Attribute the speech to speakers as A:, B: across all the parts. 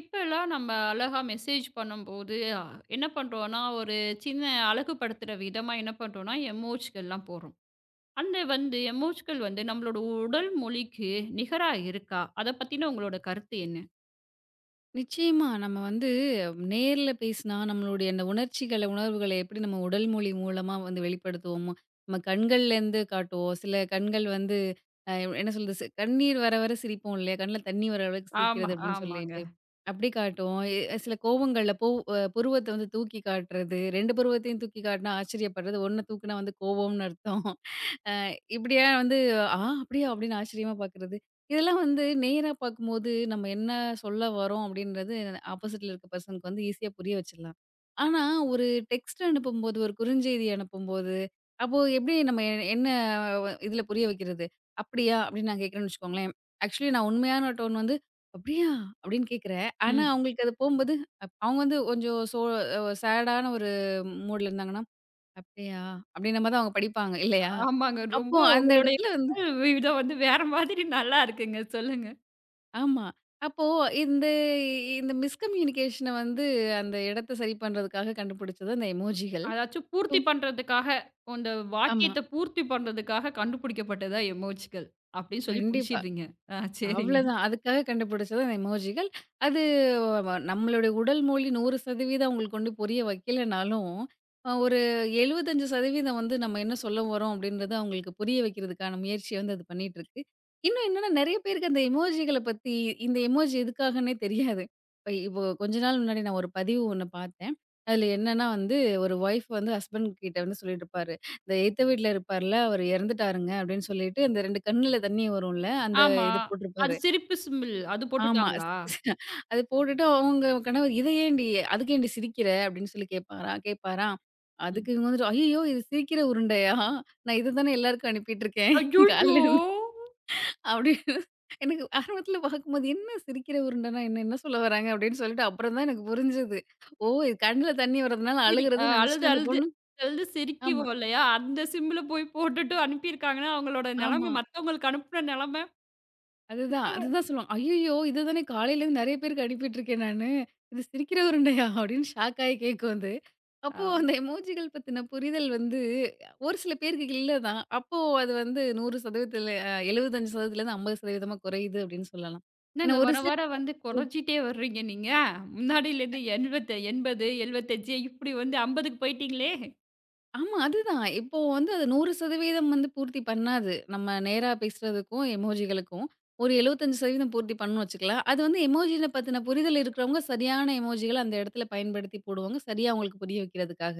A: இப்பல்லாம் நம்ம அழகா மெசேஜ் பண்ணும்போது, என்ன பண்றோம்னா, ஒரு சின்ன அழகுபடுத்துற விதமா என்ன பண்றோம்னா, எமோஜ்கள்லாம் போடுறோம். அந்த வந்து எமோஜ்கள் வந்து நம்மளோட உடல் மொழிக்கு நிகரா இருக்கா? அத பத்தின உங்களோட கருத்து என்ன?
B: நிச்சயமா. நம்ம வந்து நேர்ல பேசினா, நம்மளுடைய அந்த உணர்ச்சிகள, உணர்வுகள எப்படி நம்ம உடல் மொழி மூலமா வந்து வெளிப்படுத்துவோமோ, நம்ம கண்கள்லேருந்து காட்டுவோம். சில கண்கள் வந்து அ என்ன சொல்றது? கண்ணீர் வர வர சிரிப்போம் இல்லையா? கண்ல தண்ணி வர அளவுக்கு
A: ஆமா,
B: சிரிக்கிறது அப்படின்னு சொல்லிட்டு,
A: ஆமாங்க.
B: அப்படி காட்டுவோம். சில கோவங்கள்ல போ அ புருவத்த வந்து தூக்கி காட்டுறது, 2 புருவத்தையும் தூக்கி காட்டினா ஆச்சரியப்படுறது, 1 தூக்குனா வந்து கோவம்னு அர்த்தம். அ இப்படியா வந்து, "ஆ அப்படியா?" அப்படின்னு ஆச்சரியமா பார்க்குறது. இதெல்லாம் வந்து நேரா பார்க்கும்போது, நம்ம என்ன சொல்ல வரோம் அப்படின்றது ஆப்போசிட்ல இருக்க பெர்சனுக்கு வந்து ஈஸியா புரிய வச்சிடலாம். ஆனா, ஒரு டெக்ஸ்ட் அனுப்பும்போது, ஒரு குறுஞ்செய்தி அனுப்பும்போது, அப்போ எப்படி நம்ம என்ன இதுல புரிய வைக்கிறது? "அப்படியா?" அப்படின்னு நான் கேட்கிறேன்னு வச்சுக்கோங்களேன். ஆக்சுவலி நான் உண்மையான டோன் வந்து, "அப்படியா?" அப்படின்னு கேட்கிறேன். ஆனா,
A: ம்.
B: அவங்களுக்கு அது போகும்போது, அவங்க வந்து கொஞ்சம் சோ அ சேடான ஒரு மூட்ல இருந்தாங்கன்னா அப்படியா! அப்படின்னும் போது அவங்க படிப்பாங்க இல்லையா?
A: ஆமாங்க.
B: அப்போ
A: ரொம்ப
B: அந்த
A: உங்களுடைய
B: இடத்துல வந்து
A: உடல் விதம் வந்து வேற மாதிரி நல்லா இருக்குங்க. சொல்லுங்க.
B: ஆமா. அப்போ இந்த இந்த மிஸ்கம்யூனிகேஷன வந்து அந்த இடத்த சரி பண்றதுக்காக கண்டுபிடிச்சது அந்த எமோஜிகள்.
A: அதாச்சும் பூர்த்தி பண்றதுக்காக, அந்த
B: ஆமா.
A: வாக்கியத்த பூர்த்தி பண்றதுக்காக கண்டுபிடிக்கப்பட்டதா எமோஜ்கள். அப்படின்னு சொல்லி
B: கண்டிப்பா.
A: புடிச்சிடுறீங்க. ஆ சரிங்க.
B: அவ்வளதான். அதுக்காக கண்டுபிடிச்சது அந்த எமோஜிகள். அது நம்மளுடைய உடல் மொழி 100% அவங்களுக்கு கொண்டு புரிய வைக்கலனாலும், ஒரு 75% வந்து நம்ம என்ன சொல்ல வரோம் அப்படின்றத அவங்களுக்கு புரிய வைக்கிறதுக்கான முயற்சிய வந்து அது பண்ணிட்டுருக்கு. இன்னும் என்னன்னா நெறைய பேருக்கு அந்த எமோஜிகள பத்தி இந்த எமோஜி எதுக்காகன்னே தெரியாது. இப்போ கொஞ்ச நாள் முன்னாடி நான் ஒரு பதிவு ஒண்ணு பார்த்தேன். அதுல என்னன்னா வந்து ஒரு ஒய்ஃப் வந்து ஹஸ்பண்ட் கிட்ட வந்து சொல்லிட்டுருப்பாரு. இந்த எய்த்த வீட்ல இருப்பார்ல, அவரு இறந்துட்டாருங்க அப்படின்னு சொல்லிட்டு, அந்த 2 கண்ணுல தண்ணி வரும்ல, அந்த
A: ஆமா.
B: இது
A: அது
B: போட்டிருப்பாரு.
A: சிரிப்பு சிம்பிள். அது
B: ஆமா.
A: போட்டுட்டாங்களா?
B: அது போட்டுட்டு அவங்க கணவர், "இத ஏன்டி? அதுக்கு ஏன்டி சிரிக்கிற?" அப்படின்னு சொல்லி கேட்பாரா கேட்பாராம்.
A: ம்.
B: அதுக்கு இவங்க வந்துட்டு, "ஐயய்யோ! இது சிரிக்கிற உருண்டையா? நான் இத தானே எல்லாருக்கும் அனுப்பிட்டுருக்கேன்
A: அய்யய்யோ!
B: காலைல இருந்து" அப்படின்னு எனக்கு ஆரம்பத்துல பார்க்கும்போது, "என்ன சிரிக்கிற உருண்டைன்னா என்ன? என்ன சொல்ல வராங்க?" அப்படின்னு சொல்லிட்டு அப்புறம் தான் எனக்கு புரிஞ்சது. ஓ! இது கண்ணுல தண்ணி வர்றதுனால
A: சிரி அ
B: அழுகுறதுன்னு
A: அழுது,
B: நினைச்சுட்டு அந்த
A: அழுது,
B: பொண்ணு
A: அழுது
B: ஆமா,
A: சிரிக்குவோம் இல்லையா? அந்த சிம்பிள போய் போட்டுட்டு அனுப்பியிருக்காங்கன்னா, அவங்களோட
B: ஆமா.
A: நெலம மத்தவங்களுக்கு அனுப்புன நெலம.
B: அதுதான்,
A: இப்ப வ
B: அதுதான் சொல்லுவாங்க. "ஐயய்யோ! இத தானே காலையிலேருந்து நெறைய பேருக்கு அனுப்பிட்டு இருக்கேன் நானு. இது சிரிக்கிற உருண்டையா?" அப்படின்னு ஷாக் ஆயி கேக்கும் அது. அப்போ
A: அ
B: அந்த எமோஜிகள் பத்தின புரிதல் வந்து ஒரு சில பேருக்கு இல்ல தான். அப்போ அது வந்து 100% அ 75%லேருந்து 50%மா குறையுது அப்படின்னு சொல்லலாம். ஏன்னா
A: என்னங்க
B: ஒரு
A: வர, வர வந்து கொறஞ்சிட்டே வர்றீங்க நீங்க. முன்னாடியிலேருந்து 80 80, 75 இப்படி வந்து 50க்கு போயிட்டீங்களே.
B: ஆமா. அதுதான். இப்போ வந்து அது 100% வந்து பூர்த்தி பண்ணாது. நம்ம நேரா பேசுறதுக்கும், எமோஜிகளுக்கும் ஒரு 75% பூர்த்தி பண்ணும்னு வச்சுக்கலாம். அது வந்து எமோஜின பத்தின புரிதல் இருக்கிறவங்க சரியான எமோஜிகள அந்த இடத்துல பயன்படுத்தி போடுவாங்க. சரியா அவங்களுக்கு புரிய வைக்கிறதுக்காக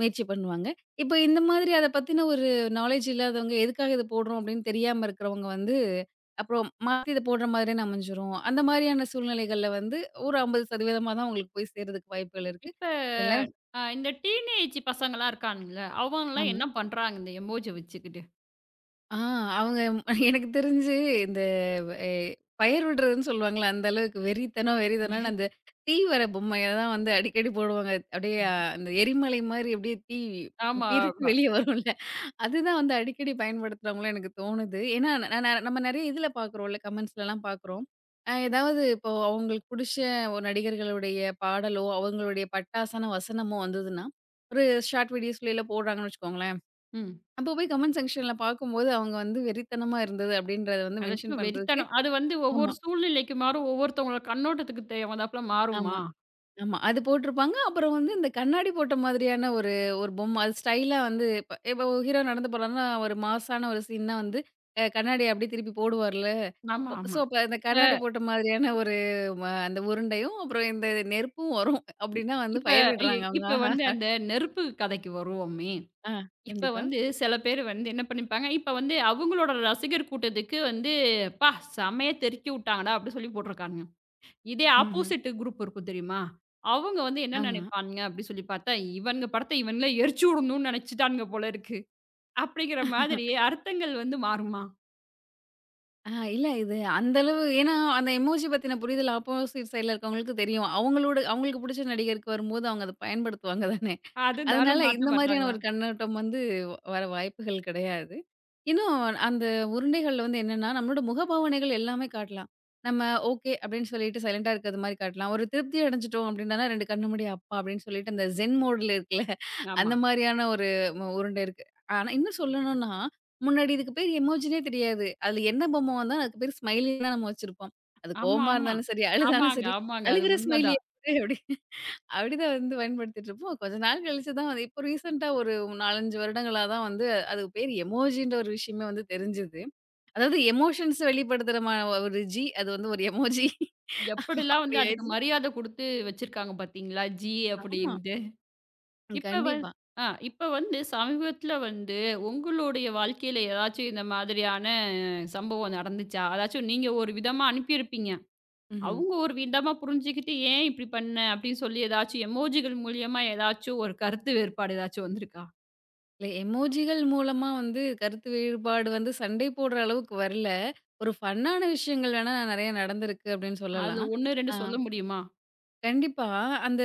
B: முயற்சி பண்ணுவாங்க. இப்போ இந்த மாதிரி அத பத்தின ஒரு நாலேட்ஜ் இல்லாதவங்க, எதுக்காக இது போடுறோம் அப்படின்னு தெரியாம இருக்கிறவங்க வந்து, அப்புறம் மாத்தி இத போடுற மாதிரின்னு அமைஞ்சிரும். அந்த மாரியான சூழ்நிலைகள்ல வந்து ஒரு 50%மா தான் உங்களுக்கு போய் சேர்றதுக்கு வாய்ப்புகள் இருக்கு.
A: இப்ப
B: சில நேரம்
A: இந்த டீனேஜ் பசங்கலாம் இருக்கானுங்கல்ல, அவங்கலாம்
B: ஆமா.
A: என்ன பண்றாங்க இந்த எமோஜி வச்சுக்கிட்டு?
B: ஆ அவங்க எனக்கு தெரிஞ்சு இந்த எ பயிர் விடுறதுன்னு சொல்லுவாங்கல்ல, அந்த அளவுக்கு வெறித்தனம் வெறித்தனம்னு அந்த தீ வர பொம்மைய தான் வந்து அடிக்கடி போடுவாங்க. அப்படியே அ, அந்த எரிமலை மாரி அப்படியே தீ
A: ஆமா,
B: பிருட்டு
A: ஆமா.
B: வெளிய வரும்ல, அதுதான் வந்து அடிக்கடி பயன்படுத்துறாங்களோ எனக்கு தோணுது. ஏன்னா நான் நான் நம்ம நெறைய இதுல பார்க்குறோம்ல கமெண்ட்ஸ்லலாம் பார்க்குறோம். ஏதாவது இப்போ அவங்களுக்கு புடிச்ச ஒரு நடிகர்களுடைய பாடலோ, அவங்களுடைய பட்டாசான வசனமோ வந்ததுன்னா, ஒரு ஷார்ட் வீடியோஸ்லலாம் போடுறாங்கன்னு வச்சுக்கோங்களேன்.
A: ம்.
B: அப்போ போய் கமெண்ட் செக்ஷன்ல பார்க்கும்போது, அவங்க வந்து வெறித்தனமா இருந்தது அப்படின்றத வந்து மென்ஷன்
A: அதாச்சும்
B: பண்றதுக்கு
A: வெறித்தனம். அது வந்து
B: ஆமா,
A: ஒவ்வொரு சூழ்நிலைக்கு மாறும். ஒவ்வொருத்தவங்களோட கண்ணோட்டத்துக்கு தகுந்தாப்புல
B: ஆமா,
A: மாறுமா?
B: ஆமா. அது போட்டிருப்பாங்க. அப்புறம் வந்து இந்த கண்ணாடி போட்ட மாதிரியான ஒரு ஒரு பொம்மை. அது ஸ்டைலா வந்து இப்ப இப்ப ஹீரோ நடந்து போறாருன்னா, ஒரு மாஸான ஒரு சீன்னா வந்து கண்ணாடிய அப்படியே திருப்பி போடுவார்ல.
A: ஆமா,
B: அப்போ ஸோ
A: ஆமா.
B: அப்ப அந்த கண்ணாடி
A: இப்ப
B: போட்ட மாதிரியான ஒரு அந்த உருண்டையும், அப்புறம் இந்த நெருப்பும் வரும். அப்படின்னா வந்து
A: இப்ப
B: ஃபயர்
A: இ
B: விடுறாங்க அவங்க.
A: இப்ப வந்து
B: ஆஹா!
A: அந்த நெருப்பு கதைக்கு வருவோமே.
B: ஆ.
A: இப்ப
B: கண்டிப்பா.
A: வந்து சில பேர் வந்து என்ன பண்ணிப்பாங்க, இப்ப வந்து அவங்களோட ரசிகர் கூட்டத்துக்கு வந்து, "அப்பா! செமையா தெருக்கி விட்டாங்கடா!" அப்படி சொல்லி போட்டிருக்கானுங்க. இதே
B: ம்ஹ்ம்.
A: ஆப்போசிட் குரூப் இருக்கும் தெரியுமா? அவங்க வந்து என்ன
B: ஆமா.
A: நினைப்பானுங்க அப்படி சொல்லி பார்த்தா, "இவனுங்க படத்த இவனுங்களே எரிச்சு விடணும்னு நினைச்சுட்டானுங்க போல இருக்கு." அப்படிங்கிற மாதிரி அர்த்தங்கள் வந்து மாறுமா?
B: இல்ல இது அந்த அளவு ஏன்னா, அந்த எமோஜி பத்தின புரிதல் ஆப்போசிட் சைட்ல இருக்கவங்களுக்கு தெரியும். அவங்களோட அவங்களுக்கு புடிச்ச நடிகருக்கு வரும்போது அவங்க அத பயன்படுத்துவாங்க தானே!
A: அதனால
B: அதனால
A: மாத்த
B: இந்த மாதிரியான
A: மாட்டாங்களா?
B: ஒரு கண்ணோட்டம் வந்து வர வாய்ப்புகள் கிடையாது. இன்னும் அந்த உருண்டைகள்ல வந்து என்னன்னா, நம்மளோட முகபாவனைகள் எல்லாமே காட்டலாம். நம்ம ஓகே அப்படின்னு சொல்லிட்டு சைலன்ட்டா இருக்கிறது மாரி காட்டலாம். ஒரு திருப்தி அடைஞ்சுட்டோம் அப்படின்னா 2 கண்ண மூடி அப்பா அப்படின்னு சொல்லிட்டு அந்த ஜென் மோடுல இருக்குல்ல, அந்த
A: ஆமா.
B: மாரியான ஒரு உருண்டை இருக்கு. ஆனா இன்னும் சொல்லணும்னா, முன்னாடி இதுக்கு பேர் எமோஜினே தெரியாது. அதுல என்ன பொம்மை வந்தாலும் அதுக்கு பேர் ஸ்மைலி தான் நம்ம வச்சிருப்போம். அது
A: ஆமா,
B: கோவமா
A: ஆமா.
B: இருந்தாலும் சரி, அழுதாலும்
A: ஆமாங்க,
B: சரி,
A: ஆமாங்க. அது
B: "அழுகிற ஸ்மைலி"
A: உண்மதான்.
B: அப்படி அப்படிதான் வந்து பயன்படுத்திட்டுருப்போம். கொஞ்ச நாள் கழிச்சு தான் வந்து இப்போ ரீசென்ட்டா ஒரு 4, 5 வருடங்களா தான் வந்து அது பேரு எமோஜின்ற ஒரு விஷயமே வந்து தெரிஞ்சது. அதாவது எமோஷன்ஸ் வெளிப்படுத்துற ஒரு அது வந்து ஒரு எமோஜி
A: எப்படிலாம்
B: அப்படி
A: வந்து அதுக்கு
B: ஆயிடுச்சு.
A: மரியாதை குடுத்து வச்சிருக்காங்க பார்த்தீங்களா? ஜி
B: ஆமா.
A: அப்படின்ட்டு. இப்ப வந்
B: கண்டிப்பா.
A: ஆ இப்ப வந்து சமீபத்தில வந்து உங்களுடைய வாழ்க்கையில ஏதாச்சும் இந்த மாதிரியான சம்பவம் நடந்துச்சா? அதாச்சும் நீங்க ஒரு விதமா அனுப்பியிருப்பீங்க.
B: ம்ஹ்ம்.
A: அவங்க ஒரு விதமா புரிஞ்சுக்கிட்டு, "ஏன் இப்படி பண்ண?" அப்படின்னு சொல்லி ஏதாச்சும் எமோஜிகள் மூலியமா ஏதாச்சும் ஒரு கருத்து வேறுபாடு ஏதாச்சும் வந்திருக்கா?
B: இல்ல எமோஜிகள் மூலமா வந்து கருத்து வேறுபாடு வந்து சண்டை போடுற அளவுக்கு வரல. ஒரு ஃபன்னான விஷயங்கள் வேணா நெறைய நடந்திருக்கு அப்படின்னு
A: அதுல
B: சொல்லலாம்.
A: 1, 2
B: ஆ
A: சொல்ல முடியுமா?
B: கண்டிப்பா. அந்த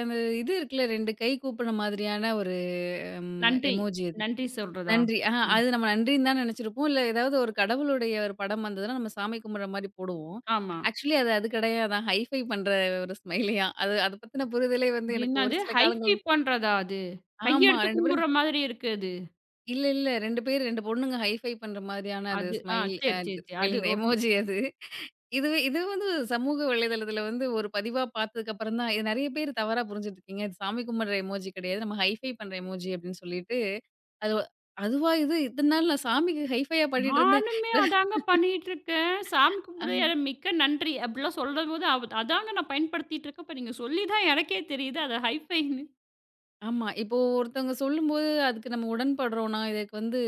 B: அந்த இது இருக்குல்ல 2 கை கூப்புன மாதிரியான ஒரு
A: நன்றி.
B: எமோஜி அது.
A: நன்றி சொல்றதா?
B: நன்றி. ஆஹா
A: ம்.
B: அது நம்ம நன்றின்னு தான் நெனச்சிருப்போம். இல்ல ஏதாவது ஒரு கடவுளுடைய ஒரு படம் வந்ததுன்னா, நம்ம சாமி கும்பிடுற மாரி போடுவோம்.
A: ஆமா.
B: ஆக்சுவலி அது அது கிடையாதாம். ஹைஃபை பண்ற ஒரு ஸ்மைலியாம். அது அத பத்தின புரிதலே வந்து எனக்கு ஒரு
A: என்னது?
B: சில காலங்கள்
A: ஹைஃபை பண்றதா அது?
B: ஆமா
A: கையெடுத்து
B: 2 பேரும்
A: கும்பிடுற மாதிரி இருக்கு அது.
B: இல்ல, இல்ல 2 பேர் 2 பொண்ணுங்க ஹைஃபை பண்ற மாதிரியான அது
A: அது ஆ
B: ஸ்மைல் அ
A: சரி, சரி, சரி. அது
B: ஸ்மைலிங்
A: ஓகே.
B: எமோஜி அது. இதுவே இது வந்து சமூக வலைதளத்தில வந்து ஒரு பதிவா பார்த்ததுக்கப்புறம் தான், இது நெறைய பேர் தவறா புரிஞ்சுட்டுருக்கீங்க. இது சாமி கும்பிடுற எமோஜி கிடையாது. நம்ம ஹைஃபை பண்ற எமோஜி அப்படின்னு சொல்லிட்டு, அது அதுவா இது இத்தன நாள் நான் சாமிக்கு ஹைஃபையா பாடிட்டு இருந்தேன்.
A: நானுமே அதாங்க பண்ணிட்டுருக்கேன். சாமி
B: ஆமா.
A: கும்பிட மிக்க நன்றி அப்படிலாம் சொல்லும்போது அவ் அதாங்க நான் பயன்படுத்திட்டு இருக்கேன். இப்ப நீங்க சொல்லி தான் எனக்கே தெரியுது அது ஹைஃபைன்னு.
B: ஆமா. இப்போ ஒருத்தவங்க சொல்லும்போது அதுக்கு நம்ம உடன்படுறோம்னா, இதுக்கு வந்து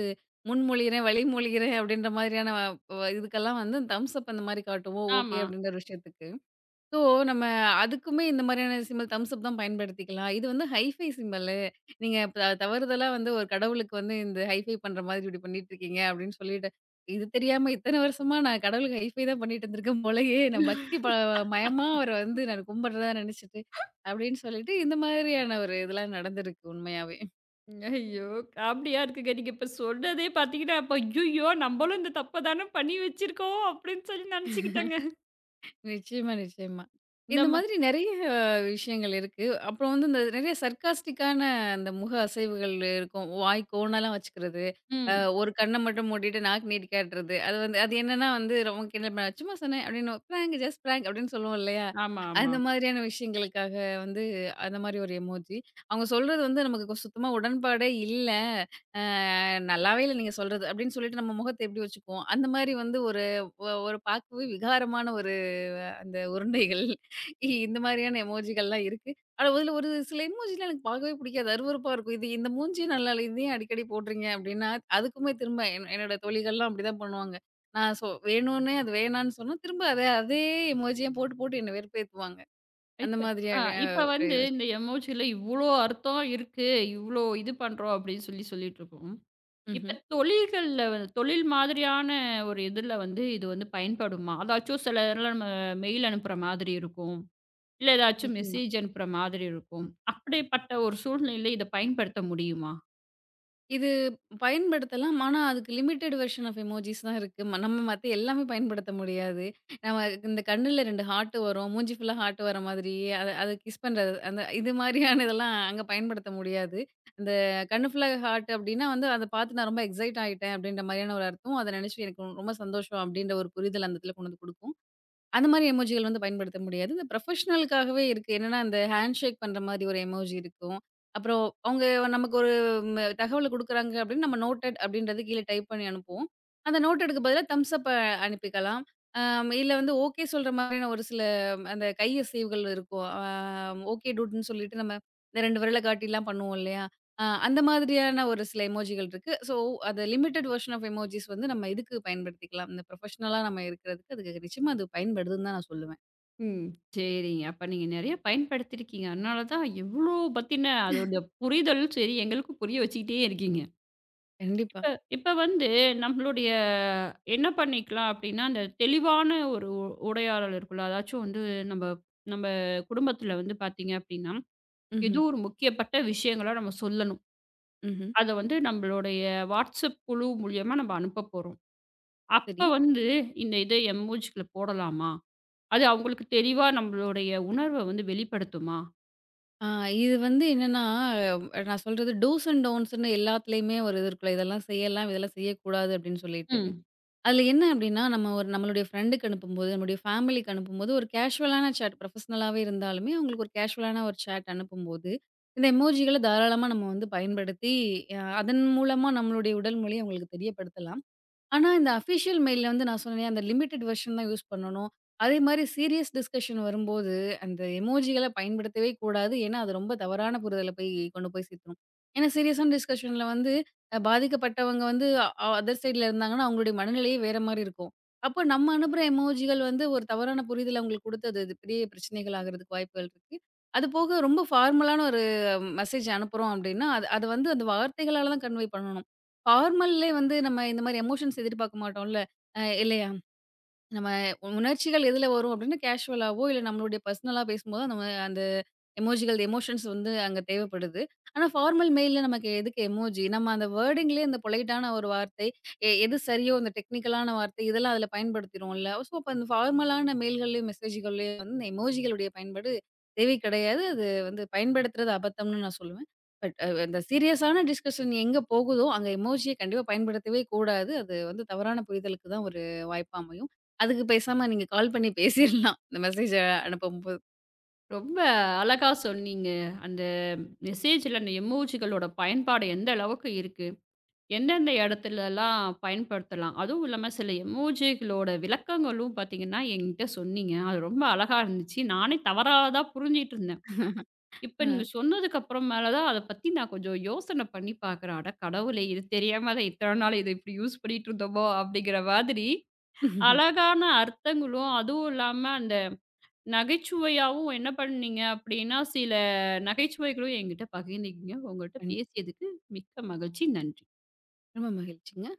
B: முன்மொழிகிறேன், வழிமொழிகிறேன் அப்படின்ற மாதிரியான வ வ- இதுக்கெல்லாம் வந்து தம்ஸ் அப் அந்த மாரி காட்டுவோம். ஓகே
A: ஆமா.
B: அப்படின்ற ஒரு விஷயத்துக்கு. ஸோ, நம்ம அதுக்குமே இந்த மாதிரியான சிம்பல் தம்ஸ் அப் தான் பயன்படுத்திக்கலாம். இது வந்து ஹைஃபை சிம்பலு. நீங்க தவறுதலா வந்து ஒரு கடவுளுக்கு வந்து இந்த ஹைஃபை பண்ற மாதிரி இப்படி பண்ணிட்டுருக்கீங்க அப்படின்னு சொல்லிட்டு, இது தெரியாம இத்தன வருஷமா நான் கடவுளுக்கு ஹைஃபை தான் பண்ணிட்டு இருந்திருக்கேன் போலயே. நான் பக்தி ப மயமா அவர வந்து நான் கும்பிடுறதா நினைச்சுட்டு, அப்படின்னு சொல்லிட்டு இந்த மாதிரியான ஒரு இதெல்லாம் நடந்திருக்கு உண்மையாவே.
A: ஐயோ! காமெடியா இருக்குங்க. நீங்க இப்ப சொன்னதே பார்த்தீங்கன்னா, அப்ப ஐய்யயோ! நம்மளும் இந்த தப்ப தானே பண்ணி வச்சிருக்கோம் அப்படின்னு சொல்லி நினைச்சுக்கிட்டேங்க.
B: நிச்சயமா, நிச்சயமா.
A: இந்த
B: இந்த
A: மா
B: மாதிரி நெறைய விஷயங்கள் இருக்கு. அப்புறம் வந்து இந்த நெறைய சர்க்காஸ்டிக்கான அந்த முக அசைவுகள் இருக்கும். வாய் கோணலாம் வச்சுக்கிறது. அ
A: ம்.
B: ஒரு கண்ண மட்டும் மூடிட்டு நாக்கு நீட்டி காட்டுறது. அது வந்து அது என்னன்னா வந்து ரொம்ப கிண்டல் பண்ண சும்மா சொன்னேன் அப்படின்னு பிராங்க் ஜஸ்ட் பிராங்க் அப்படின்னு சொல்லுவோம் இல்லையா?
A: ஆமா, ஆமா,
B: அந்த
A: ஆமா.
B: மாதிரியான விஷயங்களுக்காக வந்து அந்த மாதிரி ஒரு எமோஜி. அவங்க சொல்றது வந்து நமக்கு சுத்தமா உடன்பாடே இல்ல. அ நல்லாவே இல்ல நீங்க சொல்றது அப்படின்னு சொல்லிட்டு நம்ம முகத்த எப்படி வச்சுக்குவோம்? அந்த மாதிரி வந்து ஒரு ஒரு பார்க்கவே விகாரமான ஒரு அந்த உருண்டைகள் இந்த மாதிரியான எமோஜிகள்லாம் இருக்கு. ஆனா அதில ஒரு சில எமோஜிலாம் எனக்கு பார்க்கவே பிடிக்காது. அருவருப்பா இருக்கும். இது இந்த மூஞ்சியே நல்லா இல்ல. இது ஏன் அடிக்கடி போடுறீங்க அப்டின்னா, அதுக்குமே திரும்ப என்னோட தோழிகள்லாம் அப்படிதான் பண்ணுவாங்க. நான் வேணுன்னே அது வேணான்னு சொன்னா, திரும்ப அதே அதே எமோஜிய போட்டு போட்டு என்ன வெறுப்பேத்துவாங்க. அந்த
A: இப்ப ஆ
B: மாதிரியாக
A: இப்ப
B: ஒரு
A: வந்து
B: விஷயம்.
A: இந்த எமோஜில இவ்ளோ அர்த்தம் இருக்கு. இவ்ளோ இது பண்றோம் அப்டின்னு சொல்லி சொல்லிட்டுருக்கோம்.
B: ம்ஹ்ம்.
A: இப்ப தொழில்கள்ல வந்து தொழில் மாதிரியான ஒரு இதுல வந்து இது வந்து பயன்படுமா? அதாச்சும் சில இதுல நம்ம மெயில் அனுப்புற மாதிரி இருக்கும். இல்ல ஏதாச்சும்
B: நிச்சயமா.
A: மெசேஜ் அனுப்புற மாதிரி இருக்கும். அப்படிப்பட்ட ஒரு சூழ்நிலையில இத பயன்படுத்த முடியுமா?
B: இது பயன்படுத்தலாம். ஆனா, அதுக்கு லிமிட்டட் வெர்ஷன் ஆஃப் எமோஜிஸ் தான் இருக்கு. நம்ம மத்த எல்லாமே பயன்படுத்த முடியாது. நம்ம இந்த கண்ணுல 2 ஹார்ட் வரும். மூஞ்சி ஃபுல்லா ஹார்ட் வர மாதிரி, அத அத கிஸ் பண்றது. அந்த இது மாரியான இதெல்லாம் அங்க பயன்படுத்த முடியாது. அந்த கண்ணு ஃபுல்லா ஹார்ட் அப்டின்னா வந்து, அத பார்த்து நான் ரொம்ப எக்ஸைட் ஆயிட்டேன் அப்டின்ற மாரியான ஒரு அர்த்தம். அத நெனச்சு எனக்கு ரொம்ப சந்தோஷம் அப்டின்ற ஒரு புரிதல் அந்த இடத்துல கொண்டு வந்து குடுக்கும். அந்த மாரி எமோஜிகள் வந்து பயன்படுத்த முடியாது. இந்த ப்ரொஃபஷ்னலுக்காகவே இருக்கு. என்னன்னா, அந்த ஹேண்ட் ஷேக் பண்ற மாரி ஒரு எமோஜி இருக்கும். அப்புறம் அவங்க நமக்கு ஒரு தகவல குடுக்குறாங்க அப்டின்னு நம்ம நோட்டட் அப்டின்றது கீழ டைப் பண்ணி அனுப்புவோம். அந்த நோட்டடுக்கு பதிலா தம்ஸ் அப் அனுப்பிக்கலாம். இல்ல வந்து ஓகே சொல்ற மாரியான ஒரு சில அந்த கை அசைவுகள் இருக்கும். ஓகே டூட்ன்னு சொல்லிட்டு நம்ம இந்த 2 விரல காட்டிலாம் பண்ணுவோம் இல்லையா? அ அந்த மாதிரியான ஒரு சில எமோஜிகள் இருக்கு. ஸோ அந்த லிமிட்டட் வெர்ஷன் ஆஃப் எமோஜிஸ் வந்து நம்ம இதுக்கு பயன்படுத்திக்கலாம். இந்த ப்ரொஃபஷனலா நம்ம இருக்கிறதுக்கு அதுக்கு நிச்சயமா அது பயன்படுதுன்னு தான் நான் சொல்லுவேன்.
A: ம். சரிங்க. அப்ப நீங்க நெறைய பயன்படுத்தியிருக்கீங்க. அதனால தான் எவ்ளோ பத்தின அதோட புரிதல் சரி எங்களுக்கும் புரிய வச்சுக்கிட்டே இருக்கீங்க.
B: கண்டிப்பா.
A: இப்ப இப்ப வந்து நம்மளுடைய என்ன பண்ணிக்கலாம் அப்படின்னா, அந்த தெளிவான ஒரு உரையாடல் இருக்குல்ல. அதாச்சும் வந்து நம்ப நம்ப குடும்பத்தில வந்து பார்த்தீங்க அப்படின்னா, ஏதோ
B: ம்ஹ்ம்.
A: ஒரு முக்கியப்பட்ட விஷயங்கள நம்ம சொல்லணும்.
B: ம்ஹ்ம்.
A: அத வந்து நம்மளுடைய WhatsApp குழு மூலியமா நம்ம அனுப்ப போறோம்.
B: சரி.
A: அப்ப வந்து இத எமோஜிக்குள்ள போடலாமா? அது அவங்களுக்கு தெளிவா நம்மளுடைய உணர்வ வந்து வெளிப்படுத்துமா?
B: ஆ இது வந்து என்னன்னா, நான் சொல்றது டூஸ் அண்ட் டோன்ட்ஸ்ன்னு எல்லாத்துலயுமே ஒரு இது இருக்குல்ல. இதெல்லாம் செய்யலாம், இதெல்லாம் செய்யக்கூடாது அப்படின்னு சொல்லிட்டு.
A: ம்.
B: அதுல என்ன அப்படின்னா, நம்ம ஒரு நம்மளுடைய ஃப்ரெண்டுக்கு அனுப்பும்போது, நம்முடைய ஃபேமிலிக்கு அனுப்பும்போது ஒரு கேஷுவலான சேட் ப்ரொஃபஷனலாவே இருந்தாலுமே, அவங்களுக்கு ஒரு கேஷுவலான ஒரு சேட் அனுப்பும்போது, இந்த எமோஜிகள தாராளமா நம்ம வந்து பயன்படுத்தி, அதன் மூலமா நம்மளுடைய உடல் மொழிய அவங்களுக்கு தெரியப்படுத்தலாம். ஆனா, இந்த அஃபிஷியல் மெயில்ல வந்து நான் சொன்னேனே, அந்த லிமிட்டட் வெர்ஷன் தான் யூஸ் பண்ணணும். அதேமாரி சீரியஸ் டிஸ்கஷன் வரும்போது, அந்த எமோஜிகள பயன்படுத்தவே கூடாது. ஏன்னா, அது ரொம்ப தவறான புரிதல போய் கொண்டு போய் சேர்த்துரும். ஏன்னா, சீரியஸான டிஸ்கஷன்ல வந்து பாதிக்கப்பட்டவங்க வந்து அதர் சைட்ல இருந்தாங்கன்னா, அவங்களுடைய மனநிலையே வேறமாரி இருக்கும். அப்போ நம்ம அனுப்புற எமோஜிகள் வந்து ஒரு தவறான புரிதல அவங்களுக்கு கொடுத்து, அது அது பெரிய பிரச்சனைகள் ஆகுறதுக்கு வாய்ப்புகள் இருக்கு. அது போக ரொம்ப ஃபார்மலான ஒரு மெசேஜ் அனுப்புறோம் அப்பிடின்னா, அது அது வந்து அந்த வார்த்தைகளால தான் கன்வே பண்ணணும். ஃபார்மல்லே வந்து நம்ம இந்த மாரி எமோஷன்ஸ் எதிர்பார்க்க மாட்டோம்ல. இல்லையா? நம்ம உணர்ச்சிகள் எதுல வரும் அப்டின்னா, கேஷுவலாவோ இல்ல நம்மளுடைய பர்சனலா பேசும்போது நம்ம அந்த எமோஜிகள் எமோஷன்ஸ் வந்து அங்க தேவைப்படுது. ஆனா, ஃபார்மல் மெயில்ல நமக்கு எதுக்கு எமோஜி? நம்ம அந்த வேர்டிங்லயே அந்த பொலைட்டான ஒரு வார்த்தை, எது சரியோ அந்த டெக்னிக்கலான வார்த்தை இதெல்லாம் அதுல பயன்படுத்திருவோம்ல. ஸோ, அப்ப அந்த ஃபார்மலான மெயில்கள்லயும், மெசேஜ்கள்லயும் வந்து இந்த எமோஜிகளுடைய பயன்பாடு தேவை கிடையாது. அது வந்து பயன்படுத்துறது அபத்தம்னு நான் சொல்லுவேன். பட் இந்த சீரியஸான டிஸ்கஷன் எங்க போகுதோ, அங்க எமோஜிய கண்டிப்பா பயன்படுத்தவே கூடாது. அது வந்து தவறான புரிதலுக்கு தான் ஒரு வாய்ப்பா அமையும். அதுக்கு பேசாம நீங்க கால் பண்ணி பேசிர்லாம். இந்த மெசேஜ அனுப்பும்போது.
A: ரொம்ப அழகா சொன்னீங்க. அந்த மெசேஜ்ல அந்த எமோஜிகளோட பயன்பாடு எந்த அளவுக்கு இருக்கு? எந்தெந்த இடத்துலலாம் பயன்படுத்தலாம்? அதுவும் இல்லாம சில எமோஜிகளோட விளக்கங்களும் பார்த்தீங்கன்னா, என்கிட்ட சொன்னீங்க. அது ரொம்ப அழகா இருந்துச்சு. நானே தவறா தான் புரிஞ்சுட்டு இருந்தேன். இப்ப
B: ஆ.
A: நீங்க சொன்னதுக்கு அப்புறம் மேல தான் அத பத்தி நான் கொஞ்சம் யோசனை பண்ணி பார்க்குறேன். அட கடவுளே! இது தெரியாம தான் இத்தன நாள் இத இப்படி யூஸ் பண்ணிட்டு இருந்தோமோ! அப்படிங்கிற மாதிரி அழகான அர்த்தங்களும், அதுவும் இல்லாம அந்த நகைச்சுவையாவும் என்ன பண்ணீங்க அப்படின்னா, சில நகைச்சுவைகளும் என்கிட்ட பகிர்ந்தீங்க. உங்கள்ட்ட பேசியதுக்கு மிக்க மகிழ்ச்சி. நன்றி.
B: ரொம்ப மகிழ்ச்சிங்க.